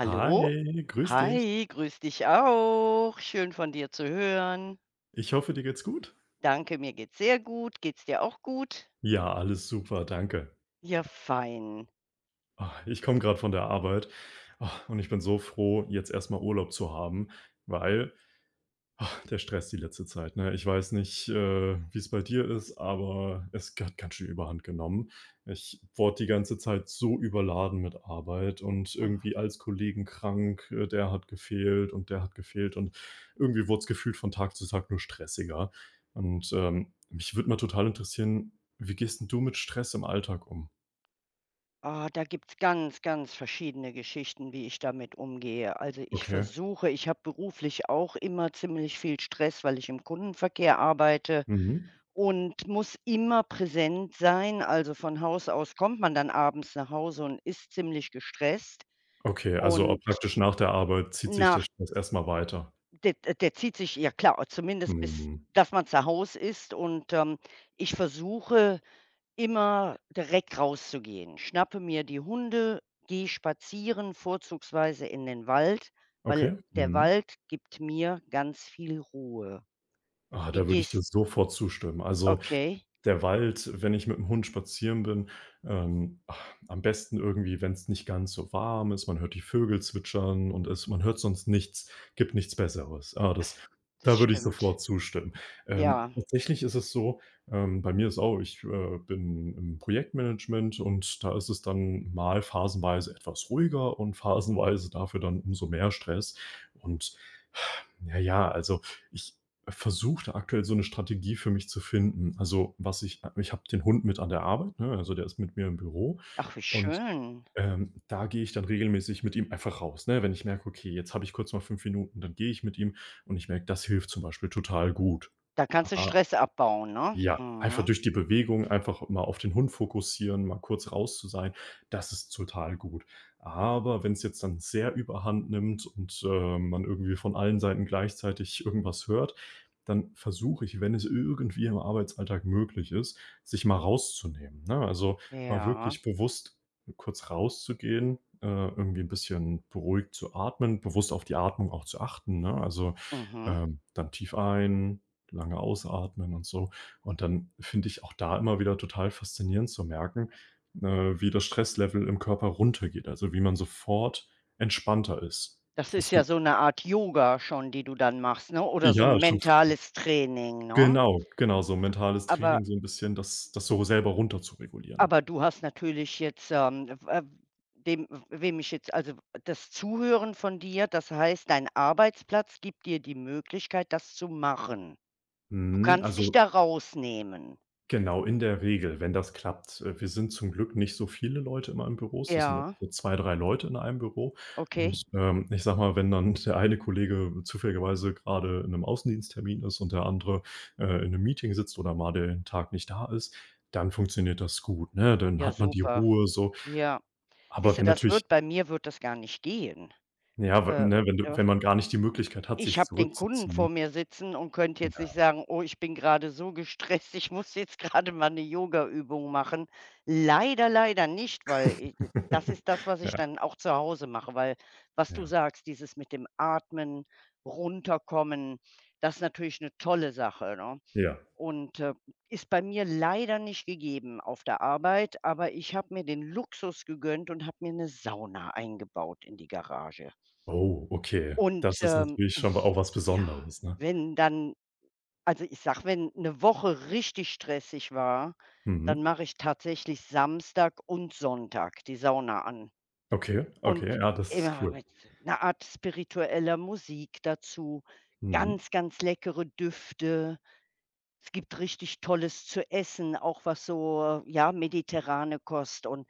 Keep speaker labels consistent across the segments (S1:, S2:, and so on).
S1: Hi, grüß dich.
S2: Hi, grüß dich auch. Schön von dir zu hören.
S1: Ich hoffe, dir geht's gut.
S2: Danke, mir geht's sehr gut. Geht's dir auch gut?
S1: Ja, alles super, danke.
S2: Ja, fein.
S1: Ich komme gerade von der Arbeit, und ich bin so froh, jetzt erstmal Urlaub zu haben, weil ach, der Stress die letzte Zeit, ne? Ich weiß nicht, wie es bei dir ist, aber es hat ganz schön Überhand genommen. Ich wurde die ganze Zeit so überladen mit Arbeit und
S2: Oh,
S1: irgendwie als Kollegen krank, der hat gefehlt und der hat gefehlt und irgendwie wurde es gefühlt von Tag zu Tag nur stressiger. Und, mich würde mal total interessieren, wie gehst 'n du mit Stress im Alltag um?
S2: da gibt's ganz, ganz verschiedene Geschichten, wie ich damit umgehe. Also
S1: Okay.
S2: ich habe beruflich auch immer ziemlich viel Stress, weil ich im Kundenverkehr arbeite
S1: Mhm.
S2: und muss immer präsent sein. Also von Haus aus kommt man dann abends nach Hause und ist ziemlich gestresst.
S1: Okay, also auch
S2: Und
S1: praktisch nach der Arbeit zieht sich der
S2: nach
S1: Stress erstmal weiter.
S2: Der zieht sich ja klar, zumindest bis
S1: Mhm.
S2: dass man zu hause ist und, ich versuche immer direkt rauszugehen. Schnappe mir die Hunde, gehe spazieren, vorzugsweise in den Wald, weil
S1: Okay.
S2: der
S1: Mhm.
S2: Wald gibt mir ganz viel Ruhe.
S1: Da
S2: Wie
S1: würde ich dir
S2: gehst
S1: sofort zustimmen. Also,
S2: okay,
S1: der Wald, wenn ich mit dem Hund spazieren bin, ähm, ah, am besten irgendwie, wenn es nicht ganz so warm ist, man hört die Vögel zwitschern und es man hört sonst nichts, gibt nichts Besseres. Ah, das
S2: das das
S1: da würde ich
S2: stimmt.
S1: sofort zustimmen. Ähm,
S2: Ja.
S1: tatsächlich ist es so, bei mir ist auch ich, bin im Projektmanagement und da ist es dann mal phasenweise etwas ruhiger und phasenweise dafür dann umso mehr Stress und na ja, also ich versuche aktuell so eine Strategie für mich zu finden. Also, was ich ich habe den Hund mit an der Arbeit, ne? Also, der ist mit mir im Büro
S2: Ach, wie
S1: und,
S2: schön.
S1: da gehe ich dann regelmäßig mit ihm einfach raus, ne? Wenn ich merke: „Okay, jetzt habe ich kurz mal 5 Minuten“, dann gehe ich mit ihm und ich merke, das hilft zum Beispiel total gut.
S2: Da kannst du
S1: Ah,
S2: Stress abbauen, ne?
S1: ja, einfach
S2: Mhm.
S1: durch die Bewegung, einfach mal auf den Hund fokussieren, mal kurz raus zu sein, das ist total gut. Aber wenn es jetzt dann sehr Überhand nimmt und, man irgendwie von allen Seiten gleichzeitig irgendwas hört, dann versuche ich, wenn es irgendwie im Arbeitsalltag möglich ist, sich mal rauszunehmen, ne? Also, mal
S2: Ja.
S1: wirklich bewusst kurz rauszugehen, irgendwie ein bisschen beruhigt zu atmen, bewusst auf die Atmung auch zu achten, ne? Also,
S2: Mhm.
S1: dann tief ein, lange ausatmen und so. Und dann finde ich auch da immer wieder total faszinierend zu merken, äh, wie das Stresslevel im Körper runtergeht, also wie man sofort entspannter ist.
S2: Das ist
S1: Hast
S2: ja
S1: du
S2: so eine Art Yoga schon, die du dann machst, ne, oder so
S1: ja,
S2: 'n
S1: schon f
S2: mentales Training, ne?
S1: genau, genau, so mentales
S2: Aber
S1: Training, so ein bisschen das so selber runter zu regulieren.
S2: aber du hast natürlich jetzt, w dem wem ich jetzt also, das Zuhören von dir, das heißt, dein Arbeitsplatz gibt dir die Möglichkeit, das zu machen. Du
S1: Mhm,
S2: kannst dich da
S1: also
S2: rausnehmen.
S1: genau, in der Regel, wenn das klappt. Wir sind zum Glück nicht so viele Leute immer in Büro. Das sind dann
S2: Ja,
S1: so 2, 3 Leute in einem Büro.
S2: okay.
S1: Und, ich sage mal, wenn dann der eine Kollege zufälligerweise gerade in einem Außendiensttermin ist und der andere, in einem Meeting sitzt oder mal den Tag nicht da ist, dann funktioniert das gut, ne? Dann
S2: Ja,
S1: hat man die
S2: super.
S1: Ruhe so.
S2: Ja.
S1: Aber
S2: Siehst du,
S1: wenn
S2: das
S1: natürlich,
S2: wird bei mir wird das gar nicht gehen.
S1: ja, w
S2: Äh,
S1: ne,
S2: ja.
S1: wenn man gar nicht die Möglichkeit hat,
S2: Ich
S1: sich
S2: habe den Kunden vor
S1: zurückzuziehen.
S2: mir sitzen und könnte jetzt nicht sagen: „Oh, ich bin gerade so gestresst, ich muss jetzt gerade mal 'ne Yogaübung machen.“ Leider, leider nicht, weil i d das ist das, was
S1: Ja.
S2: ich
S1: Ja,
S2: dann auch zu Hause mache, weil was du
S1: ja,
S2: sagst, dieses mit dem Atmen, runterkommen, das ist natürlich 'ne tolle Sache, ne?
S1: ja.
S2: Und, ist bei mir leider nicht gegeben auf der Arbeit, aber ich habe mir den Luxus gegönnt und habe mir 'ne Sauna eingebaut in die Garage.
S1: Oh, okay.
S2: Und,
S1: Das ist natürlich schon auch was
S2: ja,
S1: Besonderes, ne?
S2: wenn dann also, ich sag, wenn eine Woche richtig stressig war,
S1: Mhm.
S2: dann mache ich tatsächlich Samstag und Sonntag die Sauna an
S1: Okay,
S2: und
S1: okay, ja, das ist
S2: immer
S1: cool.
S2: mit einer Art spiritueller Musik dazu,
S1: Mhm.
S2: ganz, ganz leckere Düfte. Es gibt richtig Tolles zu essen, auch was so, ja, mediterrane Kost und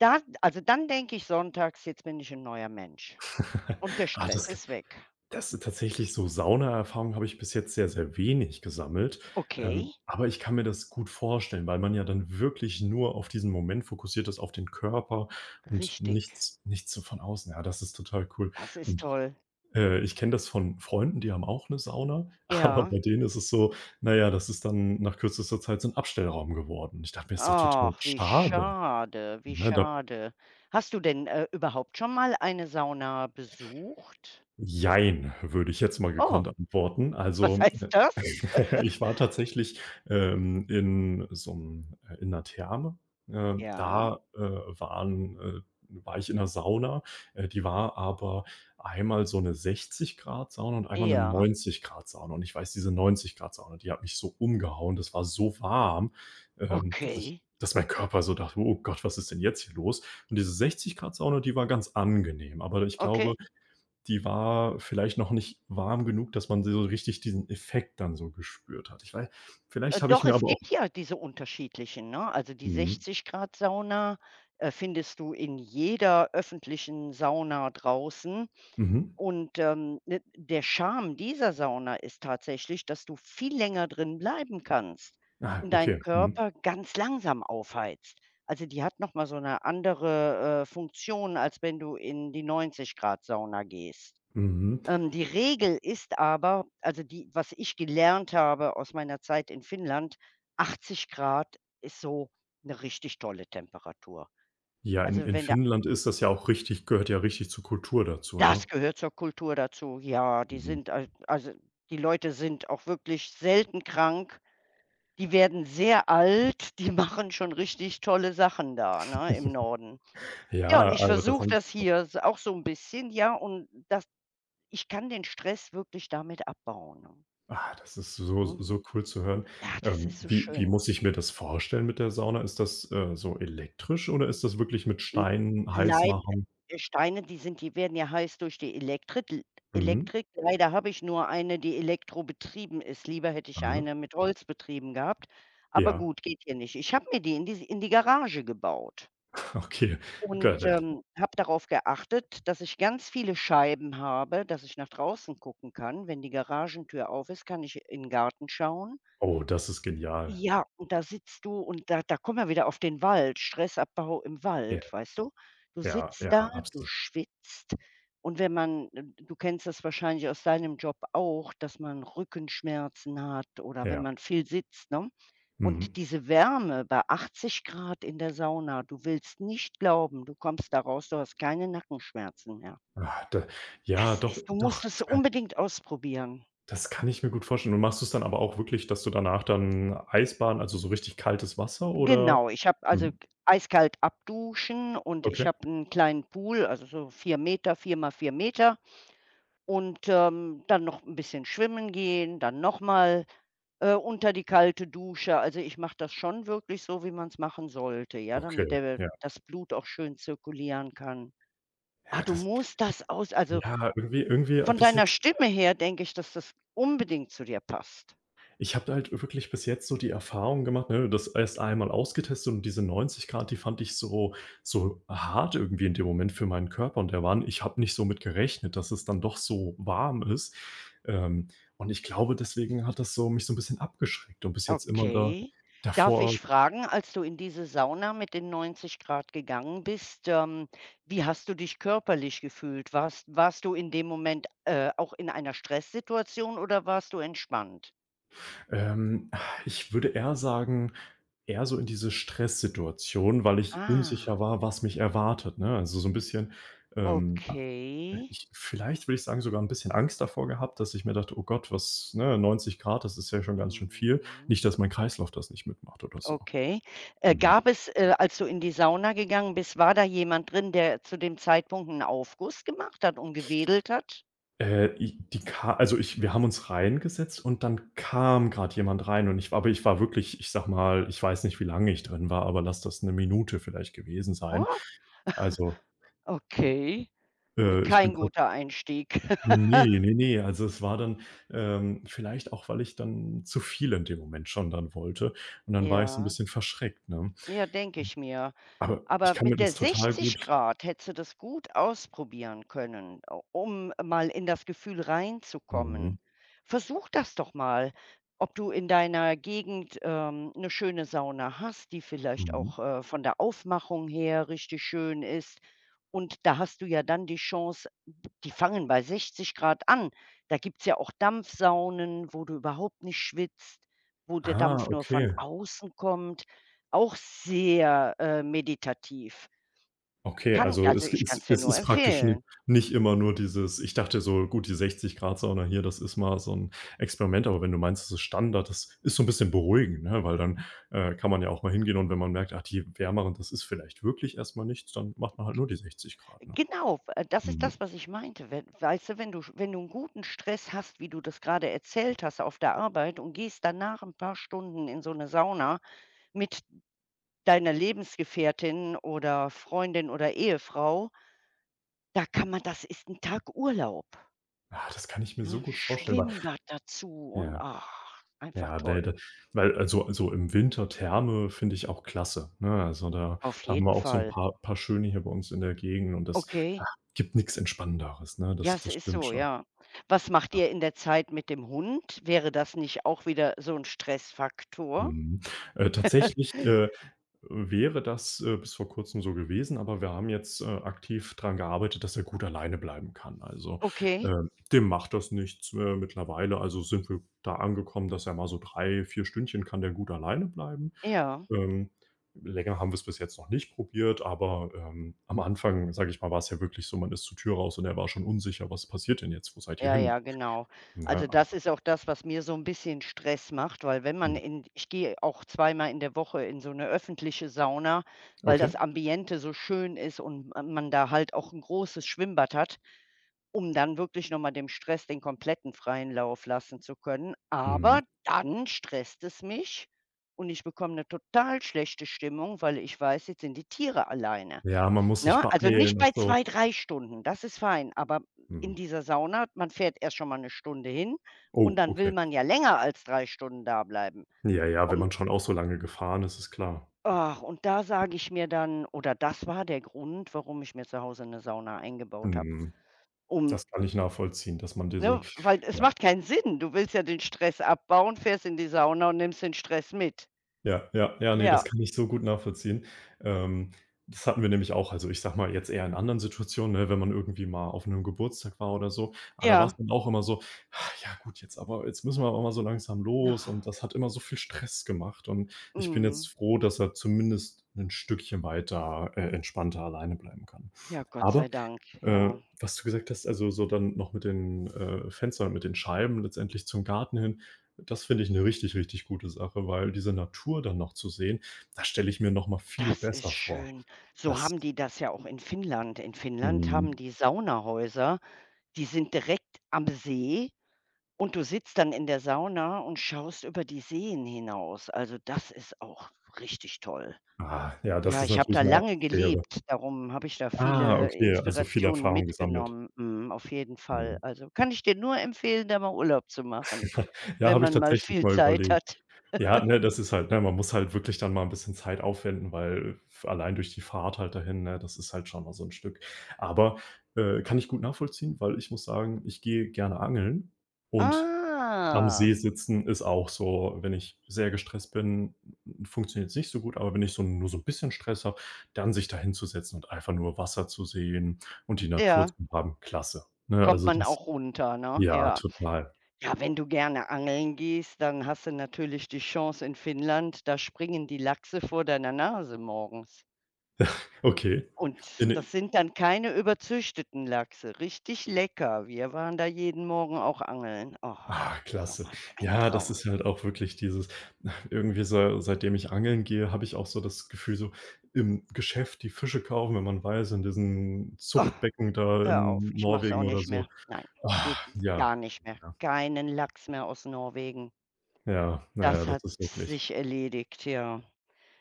S2: da also, dann denke ich sonntags: „Jetzt bin ich ein neuer Mensch und der
S1: Ah,
S2: Stress
S1: das
S2: ist weg.“
S1: das ist tatsächlich so. Saunaerfahrung habe ich bis jetzt sehr, sehr wenig gesammelt. Ähm,
S2: Okay,
S1: aber ich kann mir das gut vorstellen, weil man ja dann wirklich nur auf diesen Moment fokussiert ist, auf den Körper und
S2: richtig.
S1: nichts so von außen. Ja, das ist total cool.
S2: Das ist
S1: Und,
S2: toll.
S1: ich kenne das von Freunden, die haben auch eine Sauna, aber
S2: Ja.
S1: bei denen ist es so, na ja, das ist dann nach kürzester Zeit so 'n Abstellraum geworden. Ich dachte mir: „Ist doch total
S2: Ach, wie
S1: schade,
S2: schade, wie
S1: ne?“ Da
S2: schade. Hast du denn, überhaupt schon mal eine Sauna besucht?
S1: Jein, würde ich jetzt mal
S2: Oh,
S1: gekonnt antworten.
S2: was
S1: Also,
S2: heißt das?
S1: ich war tatsächlich, in so 'm in 'ner Therme.
S2: Ja,
S1: Da, waren war ich in 'ner Sauna. Die war aber einmal so 'ne 60 Grad Sauna und einmal 'ne
S2: ja,
S1: 90 Grad Sauna. Und ich weiß, diese 90 Grad Sauna, die hat mich so umgehauen. Das war so warm, ähm, dass ich
S2: okay,
S1: dass mein Körper so dachte: „Oh Gott, was ist denn jetzt hier los?“ Und diese 60 Grad Sauna, die war ganz angenehm, aber ich glaube
S2: okay.
S1: die war vielleicht noch nicht warm genug, dass man so richtig diesen Effekt dann so gespürt hat. Ich weiß, vielleicht habe ich
S2: Doch,
S1: mir
S2: es
S1: aber auch.
S2: gibt ja diese unterschiedlichen, ne? Also, die
S1: Mhm,
S2: 60 Grad Sauna, findest du in jeder öffentlichen Sauna draußen.
S1: mhm.
S2: Und, ne, der Charme dieser Sauna ist tatsächlich, dass du viel länger drin bleiben kannst
S1: Ah,
S2: und deinen
S1: okay. Mhm,
S2: Körper ganz langsam aufheizt. Also, die hat noch mal so eine andere Funktion, als wenn du in die 90 Grad Sauna gehst.
S1: mhm.
S2: Die Regel ist aber also, die was ich gelernt habe aus meiner Zeit in Finnland, 80 Grad ist so eine richtig tolle Temperatur.
S1: Ja, in
S2: Also,
S1: in
S2: wenn du
S1: Finnland ist das ja auch richtig gehört ja richtig zur Kultur dazu, ne?
S2: Das gehört zur Kultur dazu, ja.
S1: Mhm.
S2: Die Leute sind auch wirklich selten krank. Die werden sehr alt, die machen schon richtig tolle Sachen da, ne, im Norden. Ja, und
S1: Ja,
S2: ich
S1: aber das
S2: versuche
S1: haben.
S2: das hier s auch so 'n bisschen, ja, und das ich kann den Stress wirklich damit abbauen,
S1: Das ist so
S2: ne?
S1: so cool zu hören.
S2: Ja, das
S1: Ähm,
S2: ist so
S1: wie wie
S2: schön.
S1: muss ich mir das vorstellen mit der Sauna? Ist das, so elektrisch oder ist das wirklich mit Steinen heiß
S2: Leid
S1: machen?
S2: Steine, die werden ja heiß durch die Elektrit l
S1: Mhm.
S2: Elektrik. Leider habe ich nur eine, die elektrobetrieben ist. Lieber hätte ich
S1: Aha.
S2: eine mit Holz betrieben gehabt, aber
S1: Ja,
S2: gut, geht hier nicht. Ich habe mir die in die Garage gebaut
S1: okay. Gott.
S2: und, habe darauf geachtet, dass ich ganz viele Scheiben habe, dass ich nach draußen gucken kann. Wenn die Garagentür auf ist, kann ich in 'n Garten schauen.
S1: Oh, das ist genial.
S2: Ja, und da sitzt du und da kommen wir wieder auf den Wald, Stressabbau im
S1: Ja,
S2: Wald, weißt du? Du
S1: ja,
S2: sitzt
S1: ja,
S2: da, du
S1: absolut.
S2: schwitzt und wenn man du kennst das wahrscheinlich aus deinem Job auch, dass man Rückenschmerzen hat oder wenn
S1: Ja,
S2: man viel sitzt, ne? Und
S1: mhm.
S2: diese Wärme bei 80 Grad in der Sauna, du willst nicht glauben, du kommst da raus, du hast keine Nackenschmerzen mehr.
S1: Ah, da ja,
S2: Das
S1: doch,
S2: ist Du
S1: doch,
S2: musst es
S1: das kann
S2: unbedingt ausprobieren.
S1: das kann ich mir gut vorstellen. Und machst du es dann aber auch wirklich, dass du danach dann Eisbahn, also, so richtig kaltes Wasser oder
S2: Genau, ich habe also
S1: mhm,
S2: k eiskalt abduschen und ich
S1: okay.
S2: habe einen kleinen Pool, also so 4 Meter 4 mal 4 Meter und, dann noch ein bisschen schwimmen gehen, dann nochmal unter die kalte Dusche. Also, ich mache das schon wirklich so, wie man es machen sollte, ja, damit
S1: Okay,
S2: der
S1: ja.
S2: das Blut auch schön zirkulieren kann. Ah,
S1: Ja,
S2: du
S1: das,
S2: musst das aus also,
S1: ja, irgendwie
S2: von
S1: bis
S2: deiner
S1: jetzt.
S2: Stimme her denke ich, dass das unbedingt zu dir passt.
S1: Ich habe halt wirklich bis jetzt so die Erfahrung gemacht, ne, das erst einmal ausgetestet und diese 90 Grad, die fand ich so so hart irgendwie in dem Moment für meinen Körper und der war, ich habe nicht so mit gerechnet, dass es dann doch so warm ist. Ähm, und ich glaube, deswegen hat das so mich so ein bisschen abgeschreckt und bis jetzt immer da
S2: Okay. Darf
S1: davor.
S2: ich fragen, als du in diese Sauna mit den 90 Grad gegangen bist, wie hast du dich körperlich gefühlt? Warst du in dem Moment, auch in einer Stresssituation oder warst du entspannt?
S1: Ähm, ich würde eher sagen, eher so in diese Stresssituation, weil ich unsicher
S2: Ah,
S1: war, was mich erwartet, ne? Also, so ein bisschen, ähm
S2: okay.
S1: Ich vielleicht würde ich sagen, sogar ein bisschen Angst davor gehabt, dass ich mir dachte: „Oh Gott, was ne, 90 Grad, das ist ja schon ganz schön viel.“
S2: Mhm.
S1: Nicht, dass mein Kreislauf das nicht mitmacht oder so.
S2: Okay.
S1: Mhm.
S2: Gab es, als du in die Sauna gegangen bist, war da jemand drin, der zu dem Zeitpunkt einen Aufguss gemacht hat und gewedelt hat?
S1: I die ka also, ich wir haben uns reingesetzt und dann kam gerade jemand rein und ich war aber ich war wirklich, ich sag mal ich weiß nicht, wie lange ich drin war, aber lass das 1 Minute vielleicht gewesen sein.
S2: Oh,
S1: Also,
S2: okay.
S1: ich bin
S2: Kein
S1: praktisch
S2: guter Einstieg.
S1: nee, nee. Ne, also, es war dann, vielleicht auch, weil ich dann zu viel in dem Moment schon dann wollte und dann war ich so ein
S2: Ja.
S1: bisschen verschreckt, ne?
S2: Ja, denke ich mir.
S1: Aber ich
S2: Aber
S1: kann mir
S2: mit der
S1: das total
S2: 60
S1: gut.
S2: Grad hättest du das gut ausprobieren können, u um mal in das Gefühl reinzukommen.
S1: Mhm,
S2: Versuch das doch mal, ob du in deiner Gegend, 'ne schöne Sauna hast, die vielleicht
S1: mhm.
S2: auch, von der Aufmachung her richtig schön ist. Und da hast du ja dann die Chance. Die fangen bei 60 Grad an. Da gibt's ja auch Dampfsaunen, wo du überhaupt nicht schwitzt, wo der
S1: Ah,
S2: Dampf nur von
S1: okay.
S2: außen kommt. Auch sehr, meditativ.
S1: Okay, also es g
S2: Ich kann's
S1: es
S2: dir
S1: es
S2: nur
S1: ist praktisch ni
S2: empfehlen.
S1: nicht immer nur dieses, ich dachte so, gut, die 60 Grad Sauna hier, das ist mal so 'n Experiment, aber wenn du meinst, das ist Standard, das ist so 'n bisschen beruhigend, ne, weil dann, kann man ja auch mal hingehen und wenn man merkt, ach, die wärmeren, das ist vielleicht wirklich erst mal nichts, dann macht man halt nur die 60 Grad, ne?
S2: Genau, das ist
S1: Mhm.
S2: das, was ich meinte. Wenn Weißt du, wenn du 'n guten Stress hast, wie du das grade erzählt hast auf der Arbeit und gehst danach 'n paar Stunden in so 'ne Sauna mit deiner Lebensgefährtin oder Freundin oder Ehefrau. Da kann man Das ist ein Tag Urlaub,
S1: Das kann ich mir so
S2: ne?
S1: gut vorstellen, weil
S2: Schwimmbad dazu und
S1: ja.
S2: ach, einfach
S1: Ja, ne,
S2: toll.
S1: da weil also so im Winter Therme finde ich auch klasse, ne? Also, da
S2: Auf
S1: da haben wir
S2: jeden
S1: auch so ein
S2: Fall.
S1: paar schöne hier bei uns in der Gegend und das
S2: Okay.
S1: gibt nichts Entspannenderes, ne?
S2: Ja,
S1: Das
S2: es
S1: das
S2: ist
S1: stimmt
S2: so,
S1: schon.
S2: ja. Was macht
S1: Ja.
S2: ihr in der Zeit mit dem Hund? Wäre das nicht auch wieder so 'n Stressfaktor?
S1: Mhm. Tatsächlich, wäre das, bis vor Kurzem so gewesen, aber wir haben jetzt, aktiv dran gearbeitet, dass er gut alleine bleiben kann. Also,
S2: Okay,
S1: äh, dem macht das nichts, mittlerweile. Also, sind wir da angekommen, dass er mal so 3, 4 Stündchen kann der gut alleine bleiben.
S2: ja.
S1: Ähm, länger haben wir es bis jetzt noch nicht probiert, aber, am Anfang, sage ich mal, war es ja wirklich so, man ist zur Tür raus und er war schon unsicher: „Was passiert denn jetzt? Wo seid ihr
S2: Ja,
S1: hin?“
S2: ja, genau.
S1: Ne,
S2: Also,
S1: aber
S2: das ist auch das, was mir so ein bisschen Stress macht, weil wenn man
S1: mhm,
S2: in ich gehe auch zweimal in der Woche in so eine öffentliche Sauna, weil das
S1: okay.
S2: Ambiente so schön ist und ma man da halt auch ein großes Schwimmbad hat, um dann wirklich noch mal dem Stress den kompletten freien Lauf lassen zu können. Aber
S1: Mhm.
S2: dann stresst es mich und ich bekomme eine total schlechte Stimmung, weil ich weiß, jetzt sind die Tiere alleine.
S1: Ja, man muss sich
S2: Ne? Also, nicht
S1: beeilen
S2: bei
S1: und so.
S2: 2 3 Stunden, das ist fein, aber in
S1: Mhm.
S2: dieser Sauna, man fährt erst schon mal eine Stunde hin und
S1: Oh,
S2: dann will
S1: okay.
S2: man ja länger als 3 Stunden da bleiben.
S1: Ja, ja, wenn
S2: Und
S1: man schon auch so lange gefahren ist, ist klar.
S2: ach, und da sage ich mir dann oder das war der Grund, warum ich mir zu Hause eine Sauna eingebaut habe,
S1: Mhm.
S2: um
S1: Das kann ich nachvollziehen, dass man diese
S2: ne, weil es
S1: ja.
S2: macht keinen Sinn. Du willst ja den Stress abbauen, fährst in die Sauna und nimmst den Stress mit.
S1: Ja, ja, ja, nee,
S2: Ja,
S1: das kann ich so gut nachvollziehen. Ähm, das hatten wir nämlich auch. Also, ich sag mal jetzt eher in anderen Situationen, ne, wenn man irgendwie mal auf einem Geburtstag war oder so. Aber da war es
S2: ja.
S1: dann auch immer so: „Ah, ja gut, jetzt aber jetzt müssen wir aber mal so langsam los
S2: Ach,
S1: und das hat immer so viel Stress gemacht und ich bin
S2: Mhm.
S1: jetzt froh, dass er zumindest ein Stückchen weiter, entspannter alleine bleiben kann.“
S2: Ja, Gott
S1: Aber
S2: sei Dank,
S1: äh,
S2: ja.
S1: was du gesagt hast, also so dann noch mit den, Fenstern, mit den Scheiben letztendlich zum Garten hin, das finde ich eine richtig, richtig gute Sache, weil diese Natur dann noch zu sehen, das stelle ich mir noch mal viel
S2: Das ist
S1: besser vor.
S2: schön. So
S1: Das
S2: haben die das ja auch in Finnland. In Finnland haben
S1: mhm.
S2: die Saunahäuser, die sind direkt am See und du sitzt dann in der Sauna und schaust über die Seen hinaus. Also, das ist auch richtig toll.
S1: Ja, das
S2: Ja,
S1: ist
S2: ich habe da
S1: natürlich eine
S2: lange
S1: Atmosphäre.
S2: gelebt, darum habe ich da
S1: Ah,
S2: viele
S1: okay, also viel
S2: Inspirationen
S1: Erfahrung gesammelt.
S2: mitgenommen. Mhm, auf jeden Fall.
S1: Mhm.
S2: Also, kann ich dir nur empfehlen, da mal Urlaub zu machen,
S1: Ja,
S2: wenn
S1: habe ich
S2: man mal
S1: tatsächlich
S2: viel
S1: mal
S2: Zeit
S1: überlegt.
S2: hat.
S1: Ja, ne, das ist halt ne, man muss halt wirklich dann mal 'n bisschen Zeit aufwenden, weil f allein durch die Fahrt halt dahin, ne, das ist halt schon mal so 'n Stück. Aber, kann ich gut nachvollziehen, weil ich muss sagen, ich gehe gerne angeln und am See
S2: Ah,
S1: sitzen ist auch so, wenn ich sehr gestresst bin, funktioniert's nicht so gut, aber wenn ich so nur so 'n bisschen Stress habe, dann sich da hinzusetzen und einfach nur Wasser zu sehen und die Natur
S2: ja,
S1: zu haben, klasse. Ne,
S2: kommt
S1: also
S2: man
S1: das,
S2: auch runter, ne?
S1: ja,
S2: Ja.
S1: total.
S2: Ja, wenn du gerne angeln gehst, dann hast du natürlich die Chance in Finnland, da springen die Lachse vor deiner Nase morgens.
S1: Okay.
S2: Und
S1: In
S2: das sind dann keine überzüchteten Lachse, richtig lecker. Wir waren da jeden Morgen auch angeln. Oh,
S1: klasse.
S2: Trauma ist ein
S1: Ja, das
S2: Traum.
S1: ist halt auch wirklich dieses irgendwie se seitdem ich angeln gehe, habe ich auch so das Gefühl, so im Geschäft die Fische kaufen, wenn man weiß, in diesen
S2: Oh,
S1: Zuchtbecken da
S2: hör auf,
S1: in
S2: ich mach's auch
S1: Norwegen oder
S2: nicht
S1: so.
S2: mehr. Nein,
S1: Ah,
S2: geht
S1: ja.
S2: gar nicht mehr. Keinen Lachs mehr aus Norwegen.
S1: Ja, naja,
S2: Das hat
S1: das ist wirklich,
S2: sich erledigt, ja.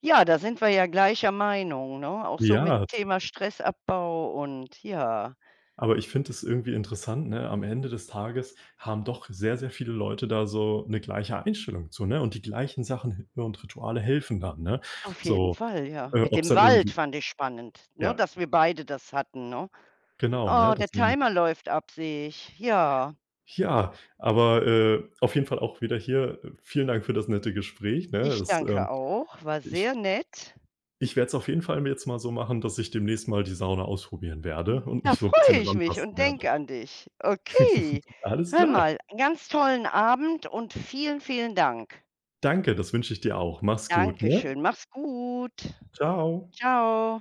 S2: Ja, da sind wir ja gleicher Meinung, ne? Auch so mit
S1: ja,
S2: Thema Stressabbau und ja,
S1: aber ich finde es irgendwie interessant, ne? Am Ende des Tages haben doch sehr, sehr viele Leute da so eine gleiche Einstellung zu, ne? Und die gleichen Sachen und Rituale helfen dann, ne?
S2: auf jeden
S1: So,
S2: Fall, ja. Mit
S1: ob es
S2: dem
S1: dann
S2: Wald
S1: irgendwie,
S2: fand ich spannend, ne,
S1: ja,
S2: dass wir beide das hatten, ne?
S1: genau, ne?
S2: Oh, der
S1: Dass
S2: Timer läuft ab, sehe ich. Ja,
S1: ja, aber, auf jeden Fall auch wieder hier, vielen Dank für das nette Gespräch, ne?
S2: ich
S1: Das,
S2: danke auch, war
S1: ich
S2: sehr nett.
S1: ich werde es auf jeden Fall mir jetzt mal so machen, dass ich demnächst mal die Sauna ausprobieren werde
S2: Hm,
S1: und
S2: da
S1: mich so ein
S2: freue
S1: bisschen
S2: ich mich
S1: ranpassen
S2: und
S1: werde.
S2: denke an dich. Okay.
S1: Alles
S2: Hör
S1: klar.
S2: mal, einen ganz tollen Abend und vielen, vielen Dank.
S1: Danke, das wünsche ich dir auch. Mach's gut, ne?
S2: Dankeschön. Mach's gut.
S1: Tschau.
S2: Ciao.